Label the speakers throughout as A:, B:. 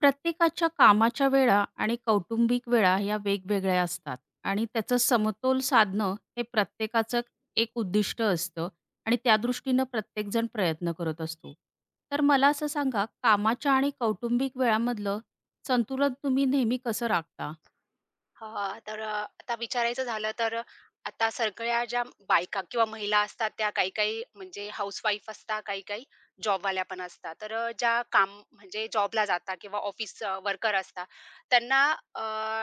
A: प्रत्येकाच्या कामाच्या वेळा आणि कौटुंबिक वेळा या वेगवेगळ्या असतात आणि त्याचं समतोल साधणं हे प्रत्येकाचं एक उद्दिष्ट असतं आणि त्या दृष्टीनं प्रत्येकजण प्रयत्न करत असतो. तर मला असं सांगा, कामाच्या आणि कौटुंबिक वेळामधलं संतुलन तुम्ही नेहमी कसं राखता?
B: हां, तर आता विचारायचं झालं तर आता सगळ्या ज्या बायका किंवा महिला असतात त्या काही-काही म्हणजे हाउसवाईफ असतात, काही-काही जॉबवाल्या पण असतात. तर ज्या काम म्हणजे जॉबला जातात किंवा ऑफिस वर्कर असतात, त्यांना अ,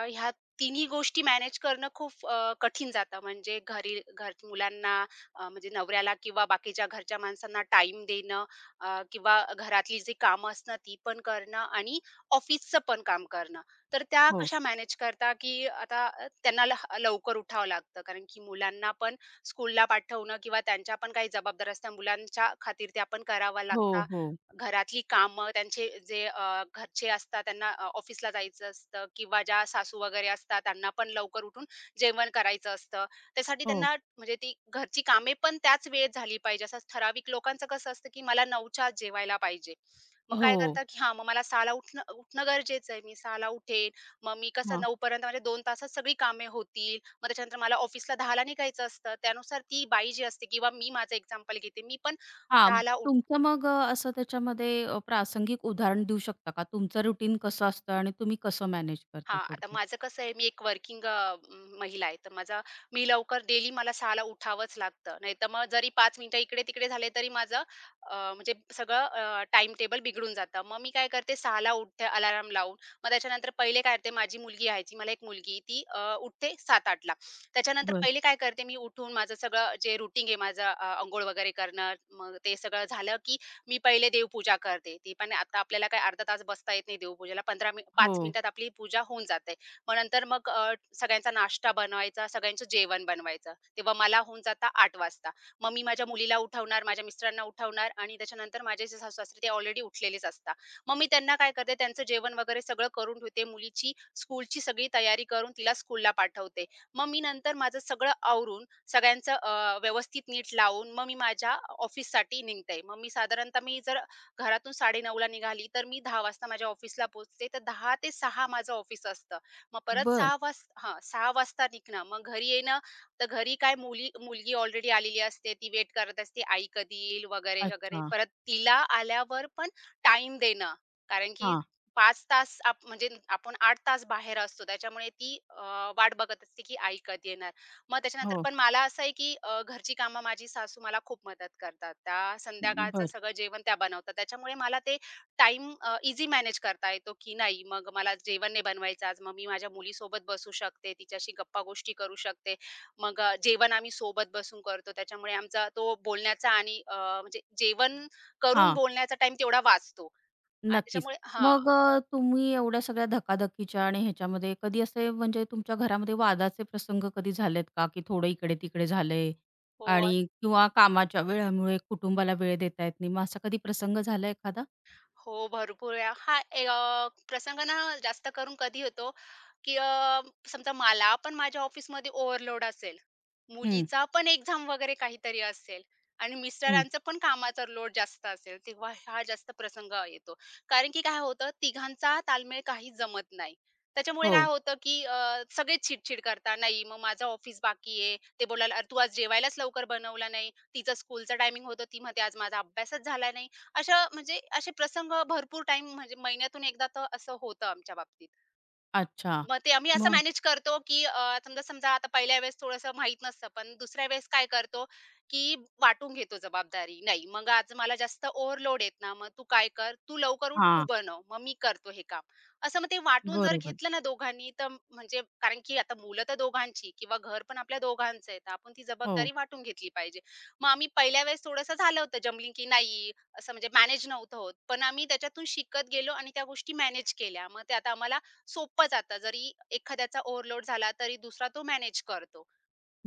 B: ह्या तिन्ही गोष्टी मॅनेज करणं खूप कठीण जातं. म्हणजे घरी घर मुलांना म्हणजे नवऱ्याला किंवा बाकीच्या घरच्या माणसांना टाईम देणं किंवा घरातली जी कामं असणं ती पण करणं आणि ऑफिसचं पण काम करणं. तर त्या
A: हो.
B: कशा मॅनेज करता, की आता त्यांना लवकर उठावं लागतं कारण की मुलांना पण स्कूलला पाठवणं किंवा त्यांच्या पण काही जबाबदाऱ्या असतात मुलांच्या खातीर त्या पण कराव्या
A: हो,
B: लागतात.
A: हो.
B: घरातली कामं त्यांचे जे घरचे असतात त्यांना ऑफिसला जायचं असतं किंवा ज्या सासू वगैरे असतात त्यांना पण लवकर उठून जेवण करायचं असतं. त्यासाठी
A: हो.
B: त्यांना म्हणजे ती घरची कामे पण त्याच वेळेत झाली पाहिजे. असं ठराविक लोकांचं कसं असतं, की मला 9च्या आत जेवायला पाहिजे. मग काय
A: हो.
B: करतात, की हां, मग मला 6:00 उठणं उठणं गरजेचं आहे. मी 6:00 ला उठेन. मग मी कसं
A: हां.
B: 9:00 पर्यंत माझे 2 तासात सगळी कामे होतील. मग त्याच्यानंतर मला ऑफिसला 10:00 ला निघायचं असतं. त्यानुसार ती बाई जी असते किंवा मी माझं एक्झाम्पल घेते. मी पण 6:00
A: हां.
B: ला
A: तुमचं मग असं त्याच्यामध्ये प्रासंगिक उदाहरण देऊ शकता का? तुमचं रुटीन कसं असतं आणि तुम्ही कसं मॅनेज करता
B: हां, आता
A: थोडक्यात?
B: माझं कसं आहे, मी एक वर्किंग महिला आहे. तर माझा मी लवकर डेली मला 6:00 ला उठावंच लागतं. नाहीतर मग जरी 5 मिनिटं इकडे-तिकडे झाले तरी माझं म्हणजे सगळं टाईम टेबल बिघडून जातं. मग मी काय करते 6:00 ला उठते अलार्म लावून. मग त्याच्यानंतर पहिले काय करते माझी मुलगी राहायची, मला एक मुलगी ती उठते 7:00-8:00. त्याच्यानंतर
A: बरं.
B: पहिले काय करते मी उठून माझं सगळं जे रूटीन आहे माझं अंघोळ वगैरे करणं, मग ते सगळं झालं की मी पहिले देवपूजा करते. ती पण आता आपल्याला काय अर्धा तास बसता येत नाही देवपूजेला. 15
A: हो.
B: 5 मिनिटात आपली पूजा होऊन जाते. मग नंतर मग सगळ्यांचा नाश्ता बनवायचा, सगळ्यांचं जेवण बनवायचं. तेव्हा मला होऊन जाता 8 वाजता. मग मी माझ्या मुलीला उठवणार, माझ्या मिस्टरांना उठवणार आणि त्याच्यानंतर माझे जे सासू-सासरे ते ऑलरेडी उठलेलेच असतात. मग मी त्यांना काय करते, त्यांचं जेवण वगैरे सगळं करून ठेवते. मुलीची स्कूलची सगळी तयारी करून तिला स्कूलला पाठवते. मग मी नंतर माझं सगळं आवरून सगळ्यांचं व्यवस्थित नीट लावून मग मी माझ्या ऑफिससाठी निघते. मग मी साधारणतः मी जर घरातून 9:30ला निघाली, तर मी 10 वाजता माझ्या ऑफिसला पोहोचते. तर 10 ते 6 माझं ऑफिस असतं. मग परत
A: बरं.
B: 6 वाजता निघणं, मग घरी येणं, तर घरी काय मुलगी ऑलरेडी आलेली असते. ती वेट करत असते, आई कधी येईल वगैरे, वगैरे.
A: अच्छा.
B: परत तिला आल्यावर पण टाईम देणं, कारण की
A: हां.
B: 5 तास आप म्हणजे आपण 8 तास बाहेर असतो. त्याच्यामुळे ती वाट बघत असते, की आई कधी येणार? मग त्याच्यानंतर
A: हो.
B: पण मला असं आहे, की घरची कामं माझी सासू मला खूप मदत करतात. त्या संध्याकाळचं
A: बर,
B: सगळं जेवण त्या बनवतात. त्याच्यामुळे मला ते टाईम इझी मॅनेज करता येतो, की नाही मग मला जेवण नाही बनवायचं आज, मग मी माझ्या मुलीसोबत बसू शकते, तिच्याशी गप्पागोष्टी करू शकते. मग जेवण आम्ही सोबत बसून करतो. त्याच्यामुळे आमचा तो बोलण्याचा आणि म्हणजे जेवण करून
A: हां.
B: बोलण्याचा टाईम तेवढा वाचतो आणि
A: नक्कीच.
B: त्याच्यामुळे हां.
A: मग तुम्ही एवढ्या सगळ्या धकाधकीच्या आणि ह्याच्यामध्ये कधी असे म्हणजे तुमच्या घरामध्ये वादाचे प्रसंग कधी झालेत का? की थोडं इकडे-तिकडे झालंय
B: हो.
A: आणि किंवा कामाच्या वेळामुळे कुटुंबाला वेळ देता येत नाही. मग असा कधी प्रसंग झाला एखादा?
B: हो, भरपूर वेळा. हा प्रसंग ना जास्त करून कधी होतो, की समजा मला पण माझ्या ऑफिसमध्ये ओव्हरलोड असेल,
A: हं,
B: मुलीचा पण एक्झाम वगैरे काहीतरी असेल आणि
A: हं.
B: मिस्टरांचं पण कामाचा लोड जास्त असेल, तेव्हा हा जास्त प्रसंग येतो. कारण की काय होतं, तिघांचा ताळमेळ काही जमत नाही. त्याच्यामुळे काय
A: हो.
B: होतं, की सगळेच चिडचिड करतात. "नाही, मग माझं ऑफिस बाकी आहे." ते बोलायला, "अरे, तू आज जेवायलाच लवकर बनवलं नाही." तिचा स्कूलचा टायमिंग होतं, ती म्हणते, "आज माझा अभ्यासच झाला नाही." अशा म्हणजे असे प्रसंग भरपूर टाईम म्हणजे महिन्यातून एकदा तर असं होतं आमच्या बाबतीत.
A: अच्छा.
B: मग ते आम्ही असं
A: मग
B: मॅनेज करतो, की समजा समजा आता पहिल्या वेळेस थोडंसं माहीत नसतं, पण दुसऱ्या वेळेस काय करतो, की वाटून घेतो जबाबदारी. नाही, मग आज मला जास्त ओव्हरलोड आहेत ना, मग तू काय कर, तू लवकर उठ, तू
A: हां.
B: बनव, मग मी करतो हे काम. असं मग ते वाटून जर
A: बरोबर.
B: घेतलं ना दोघांनी, तर म्हणजे कारण की आता मुलं तर दोघांची किंवा घर पण आपल्या दोघांचं आहे, तर आपण ती
A: हो.
B: जबाबदारी वाटून घेतली पाहिजे. मग आम्ही पहिल्या वेळेस थोडंसं झालं होतं जमलिंग, की नाही असं म्हणजे मॅनेज नव्हतं होत, पण आम्ही त्याच्यातून शिकत गेलो आणि त्या गोष्टी मॅनेज केल्या. मग ते आता आम्हाला सोपं जातं. जरी एखाद्याचा ओव्हरलोड झाला, तरी दुसरा तो मॅनेज करतो.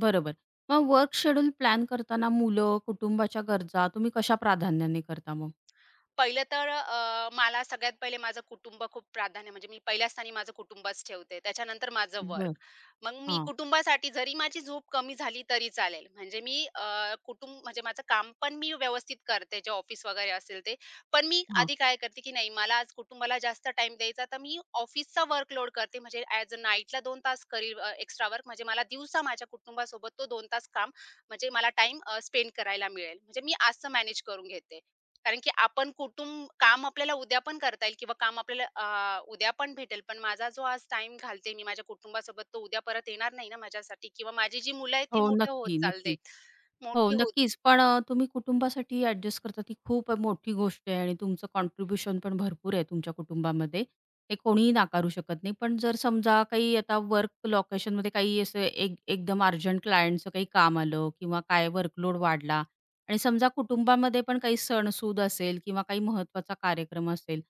A: बरोबर. मग वर्क शेड्यूल प्लॅन करताना मुलं, कुटुंबाच्या गरजा तुम्ही कशा प्राधान्याने करता मग?
B: पहिलं तर मला सगळ्यात पहिले माझं कुटुंब खूप प्राधान्य म्हणजे मी पहिल्या स्थानी माझं कुटुंबच ठेवते. त्याच्यानंतर माझं वर्क.
A: बरं.
B: मग मी
A: हां,
B: कुटुंबासाठी जरी माझी झोप कमी झाली तरी चालेल. म्हणजे मी कुटुंब म्हणजे माझं काम पण मी व्यवस्थित करते जे ऑफिस वगैरे असेल ते. पण मी
A: हां.
B: आधी काय करते, की नाही मला आज कुटुंबाला जास्त टाईम द्यायचा तर मी ऑफिसचा वर्कलोड करते. म्हणजे ॲज अ नाईटला 2 तास करील एक्स्ट्रा वर्क. म्हणजे मला दिवसा माझ्या कुटुंबासोबत तो 2 तास काम म्हणजे मला टाईम स्पेंड करायला मिळेल. म्हणजे मी असं मॅनेज करून घेते. कारण की आपण कुटुंब काम आपल्याला उद्या पण करता येईल किंवा काम आपल्याला उद्या पण भेटेल. पण माझा जो आज टाईम घालते मी माझ्या कुटुंबासोबत, तो उद्या परत येणार नाही ना माझ्यासाठी किंवा माझी जी मुलं आहेत ती
A: हो, नक्की, नक्कीच. हो,
B: मोठी होत
A: नक्कीच. पण तुम्ही कुटुंबासाठी ॲडजस्ट करता ती खूप मोठी गोष्ट आहे आणि तुमचं कॉन्ट्रिब्युशन पण भरपूर आहे तुमच्या कुटुंबामध्ये. ते कोणीही नाकारू शकत नाही. पण जर समजा काही आता वर्क लोकेशनमध्ये काही असं एक एकदम अर्जंट क्लायंटचं काही काम आलं किंवा काय वर्कलोड वाढला आणि समजा कुटुंबामध्ये पण काही सणसूद असेल किंवा काही महत्त्वाचा कार्यक्रम असेल,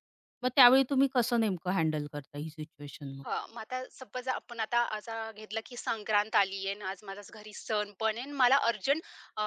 A: मग त्यावेळी तुम्ही कसं नेमकं हँडल करता ही सिच्युएशन मग?
B: हां, मग आता सपोज आपण आता असा घेतला की संक्रांत आली आहे आणि आज माझा घरी सण पण आहे आणि मला अर्जंट अ,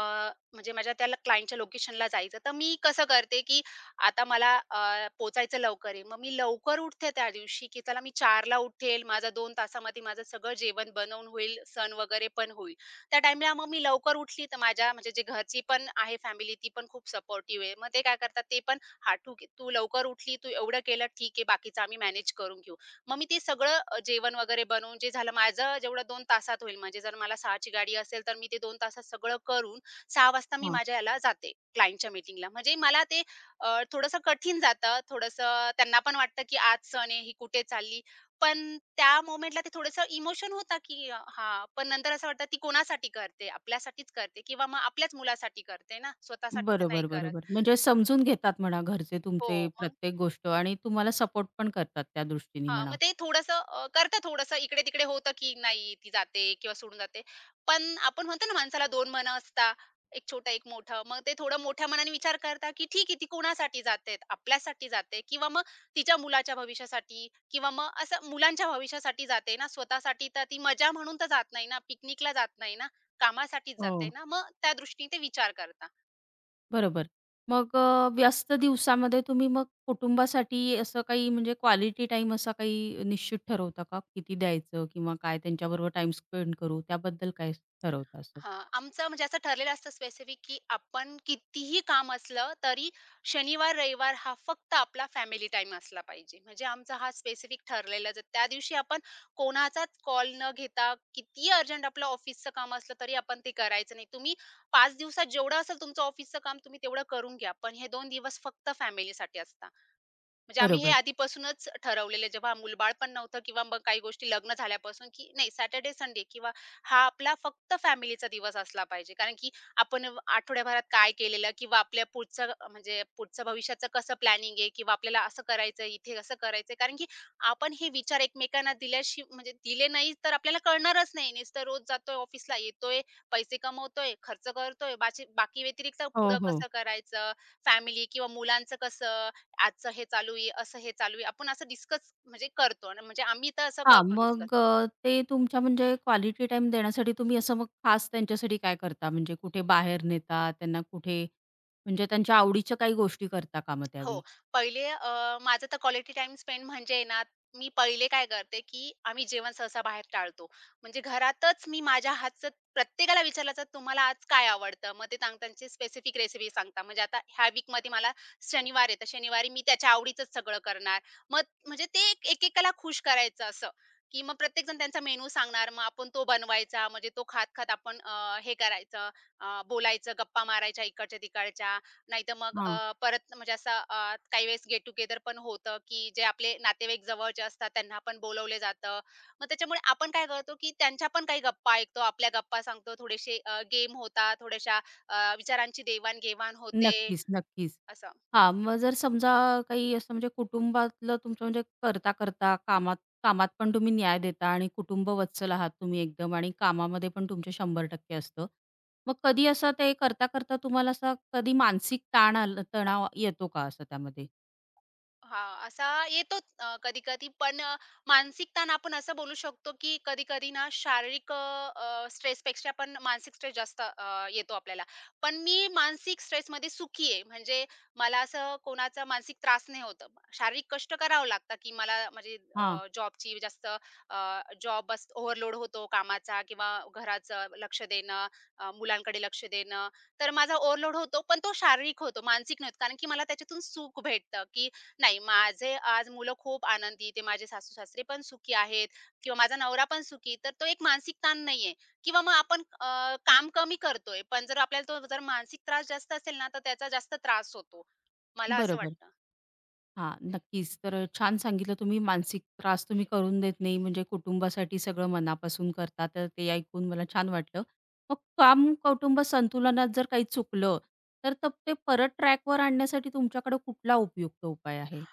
B: म्हणजे माझ्या त्या क्लायंटच्या लोकेशनला जायचं तर मी कसं करते की आता मला पोचायचं लवकर आहे मग मी लवकर उठते त्या दिवशी की चला मी 4ला उठेल माझा 2 तासामध्ये माझं सगळं जेवण बनवून होईल सण वगैरे पण होईल त्या टाईमला मग मी लवकर उठली तर माझ्या म्हणजे जे घरची पण आहे फॅमिली ती पण खूप सपोर्टिव्ह आहे मग ते काय करतात ते पण हा ठीक आहे तू लवकर उठली तू एवढं केलं ठीक आहे बाकीचं आम्ही मॅनेज करून घेऊ मग मी ते सगळं जेवण वगैरे बनवून जे झालं माझं जेवढं 2 तासात होईल म्हणजे जर मला 6 ची गाडी असेल, तर मी ते 2 तासात सगळं करून 6 वाजता मी माझ्या याला जाते क्लायंटच्या मीटिंगला. म्हणजे मला ते थोडंसं कठीण जातं. थोडंसं त्यांना पण वाटतं, की आज सण आहे, ही कुठे चालली? पण त्या मोमेंटला ते थोडंसं इमोशन होता, की हां, पण नंतर असं वाटतं ती कोणासाठी करते? आपल्यासाठीच करते किंवा मग आपल्याच मुलासाठी करते ना, स्वतःसाठी तर नाही
A: बरोबर,
B: करत.
A: बरोबर. म्हणजे समजून घेतात म्हणा घरचे
B: हो,
A: तुमचे
B: मग
A: प्रत्येक गोष्ट आणि तुम्हाला सपोर्ट पण करतात त्या दृष्टीने
B: हां,
A: म्हणा.
B: मग ते थोडंसं करतं थोडंसं इकडे-तिकडे होतं, की नाही ती जाते किंवा सोडून जाते. पण आपण म्हणतो ना माणसाला 2 मनं असता, एक छोटं, एक मोठं. मग ते थोडं मोठ्या मनाने विचार करता, की ठीक आहे ती कोणासाठी जाते? आपल्यासाठी जाते किंवा मग तिच्या मुलाच्या भविष्यासाठी किंवा मग असं मुलांच्या भविष्यासाठी जाते ना, स्वतःसाठी तर ती मजा म्हणून तर जात नाही ना, पिकनिकला जात नाही ना, कामासाठीच
A: हो.
B: जाते ना, मग त्या दृष्टीने ते विचार करता.
A: बरोबर. मग व्यस्त दिवसामध्ये तुम्ही मग कुटुंबासाठी असं काही म्हणजे क्वालिटी टाइम असा काही निश्चित ठरवता का? किती द्यायचं किंवा काय त्यांच्याबरोबर टाईम स्पेंड करू त्याबद्दल काय ठरवता असं?
B: हां, आमचं म्हणजे असं ठरलेलं असतं स्पेसिफिक, की आपण कितीही काम असलं तरी शनिवार, रविवार हा फक्त आपला फॅमिली टाईम असला पाहिजे. म्हणजे आमचा हा स्पेसिफिक ठरलेलाच आहे. त्या दिवशी आपण कोणाचाच कॉल न घेता कितीही अर्जंट आपलं ऑफिसचं काम असलं तरी आपण ते करायचं नाही. तुम्ही 5 दिवसात जेवढं असेल तुमचं ऑफिसचं काम तुम्ही तेवढं करून घ्या. पण हे 2 दिवस फक्त फॅमिलीसाठी असतात. म्हणजे आम्ही हे
A: बरोबर.
B: आधीपासूनच ठरवलेलं जेव्हा मुलबाळ पण नव्हतं किंवा मग काही गोष्टी लग्न झाल्यापासून, की नाही सॅटर्डे, संडे किंवा हा आपला फक्त फॅमिलीचा दिवस असला पाहिजे. कारण की आपण आठवड्याभरात काय केलेलं किंवा आपल्या पुढचं म्हणजे पुढचं भविष्याचं कसं प्लॅनिंग आहे किंवा आपल्याला असं करायचं इथे असं करायचं कारण की आपण हे विचार एकमेकांना दिल्याशी म्हणजे दिले नाही तर आपल्याला कळणारच नाही. नुसतं रोज जातोय ऑफिसला, येतोय, पैसे कमवतोय, खर्च करतोय, बाची बाकी व्यतिरिक्त
A: हो,
B: पुढं
A: हो.
B: कसं करायचं, फॅमिली किंवा मुलांचं कसं आजचं हे चालू आहे, असं हे चालू आहे. आपण असं डिस्कस म्हणजे करतो आणि म्हणजे आम्ही तर असं
A: हां,
B: करतो डिस्कस.
A: मग ते तुमच्या म्हणजे क्वालिटी टाईम देण्यासाठी तुम्ही असं मग खास त्यांच्यासाठी काय करता? म्हणजे कुठे बाहेर नेता, त्यांना कुठे म्हणजे त्यांच्या आवडीच्या काही गोष्टी करता का मग
B: हो.
A: त्यावेळी?
B: पहिले माझं तर क्वालिटी टाईम स्पेंड म्हणजे ना, मी पहिले काय करते, की आम्ही जेवण सहसा बाहेर टाळतो. म्हणजे घरातच मी माझ्या हातचं प्रत्येकाला विचारलं तर तुम्हाला आज काय आवडतं? मग ते सांगतात त्यांची स्पेसिफिक रेसिपी सांगता म्हणजे आता ह्या वीकमध्ये मला शनिवार आहे, तर शनिवारी मी त्याच्या आवडीचंच सगळं करणार. मग म्हणजे ते एकेकाला खुश करायचं असं, की मग प्रत्येकजण त्यांचा मेनू सांगणार. मग आपण तो बनवायचा. म्हणजे तो खात-खात आपण हे करायचं, बोलायचं, गप्पा मारायच्या इकडच्या-तिकडच्या. नाहीतर मग
A: हां.
B: परत म्हणजे असा काही वेळेस गेट टुगेदर पण होतं, की जे आपले नातेवाईक जवळचे असतात त्यांना पण बोलावलं जातं. मग त्याच्यामुळे आपण काय करतो, की त्यांच्या पण काही गप्पा ऐकतो, आपल्या गप्पा सांगतो, थोडेसे गेम होतात, थोड्याशा विचारांची देवाण होते,
A: नक्कीच, नक्कीच.
B: असं.
A: हां, मग जर समजा काही असं म्हणजे कुटुंबातलं तुमचं म्हणजे करता-करता कामात कामात पण तुम्ही न्याय देता आणि कुटुंब वत्सल आहात तुम्ही एकदम आणि कामामध्ये पण तुमचे 100% असतं. मग कधी असं ते करता-करता तुम्हाला असा कधी मानसिक ताण आला, तणाव येतो का असं त्यामध्ये?
B: हां, असा येतोच कधी-कधी पण मानसिक ताण आपण असं बोलू शकतो, की कधी-कधी ना शारीरिक अ, अ, स्ट्रेसपेक्षा पण मानसिक स्ट्रेस जास्त येतो आपल्याला. पण मी मानसिक स्ट्रेसमध्ये सुखी आहे. म्हणजे मला असं कोणाचा मानसिक त्रास नाही होत. शारीरिक कष्ट करावं लागतं, की मला म्हणजे
A: हां.
B: जॉबची जास्त जॉब बस ओव्हरलोड होतो कामाचा किंवा घराचं लक्ष देणं, मुलांकडे लक्ष देणं. तर माझा ओव्हरलोड होतो, पण तो शारीरिक होतो, मानसिक नाही होत. कारण की मला त्याच्यातून सुख भेटतं, की नाही, माझे आज मुलं खूप आनंदी, ते माझे सासू-सासरे पण सुखी आहेत किंवा माझा नवरा पण सुखी, तर तो एक मानसिक ताण नाहीये किंवा मग आपण काम कमी करतोय, पण जर आपल्याला तो जर मानसिक त्रास जास्त असेल ना, तर त्याचा जास्त त्रास होतो. मला असं
A: बरोबर.
B: वाटतं.
A: हां, नक्कीच. तर छान सांगितलं, तुम्ही मानसिक त्रास तुम्ही करून देत नाही म्हणजे कुटुंबासाठी सगळं मनापासून करता, तर ते ऐकून मला छान वाटलं. मग काम कौटुंब संतुलनात जर काही चुकलं, तर ते परत ट्रॅकवर आणण्यासाठी तुमच्याकडे कुठला उपयुक्त उपाय आहे?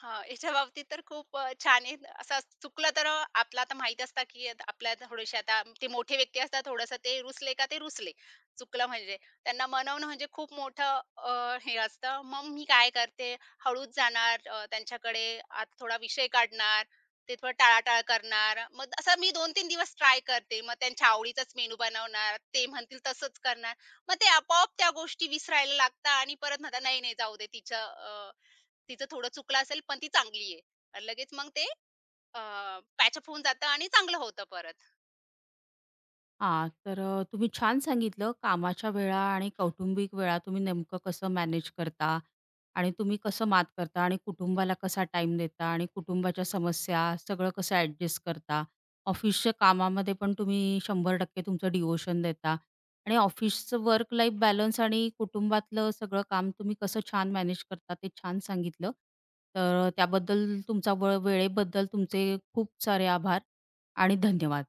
B: हां, याच्या बाबतीत तर खूप छान आहे. असं चुकलं तर आपलं आता माहीत असतं, की आता आपल्या थोडेसे आता ते मोठे व्यक्ती असतात, थोडंसं ते रुसले का ते रुसले. चुकलं म्हणजे त्यांना मनवणं म्हणजे खूप मोठं हे असतं. मग मी काय करते, हळूच जाणार त्यांच्याकडे आता थोडा विषय काढणार, ते थोडं टाळाटाळ करणार. मग असं मी 2-3 दिवस ट्राय करते. मग त्यांच्या आवडीचाच मेनू बनवणार, ते म्हणतील तसंच करणार. मग ते आपोआप त्या गोष्टी विसरायला लागतात आणि परत म्हणतात, "नाही, नाही, जाऊ दे तिचं तिचं थोडं चुकलं असेल, पण ती चांगली आहे. आणि लगेच मग ते अ, पॅचअप होऊन जातं आणि चांगलं होतं परत.
A: हां, तर तुम्ही छान सांगितलं कामाच्या वेळा आणि कौटुंबिक वेळा तुम्ही नेमकं कसं मॅनेज करता आणि तुम्ही कसं मात करता आणि कुटुंबाला कसा टाईम देता आणि कुटुंबाच्या समस्या सगळं कसं ॲडजस्ट करता. ऑफिसच्या कामामध्ये पण तुम्ही 100% तुमचं डिवोशन देता आणि ऑफिसचं वर्क लाईफ बॅलन्स आणि कुटुंबातलं सगळं काम तुम्ही कसं छान मॅनेज करता ते छान सांगितलं. तर त्याबद्दल तुमचा व वेळेबद्दल तुमचे खूप सारे आभार आणि धन्यवाद.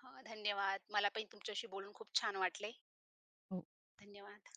B: हं, धन्यवाद. मला पण तुमच्याशी बोलून खूप छान वाटले. धन्यवाद.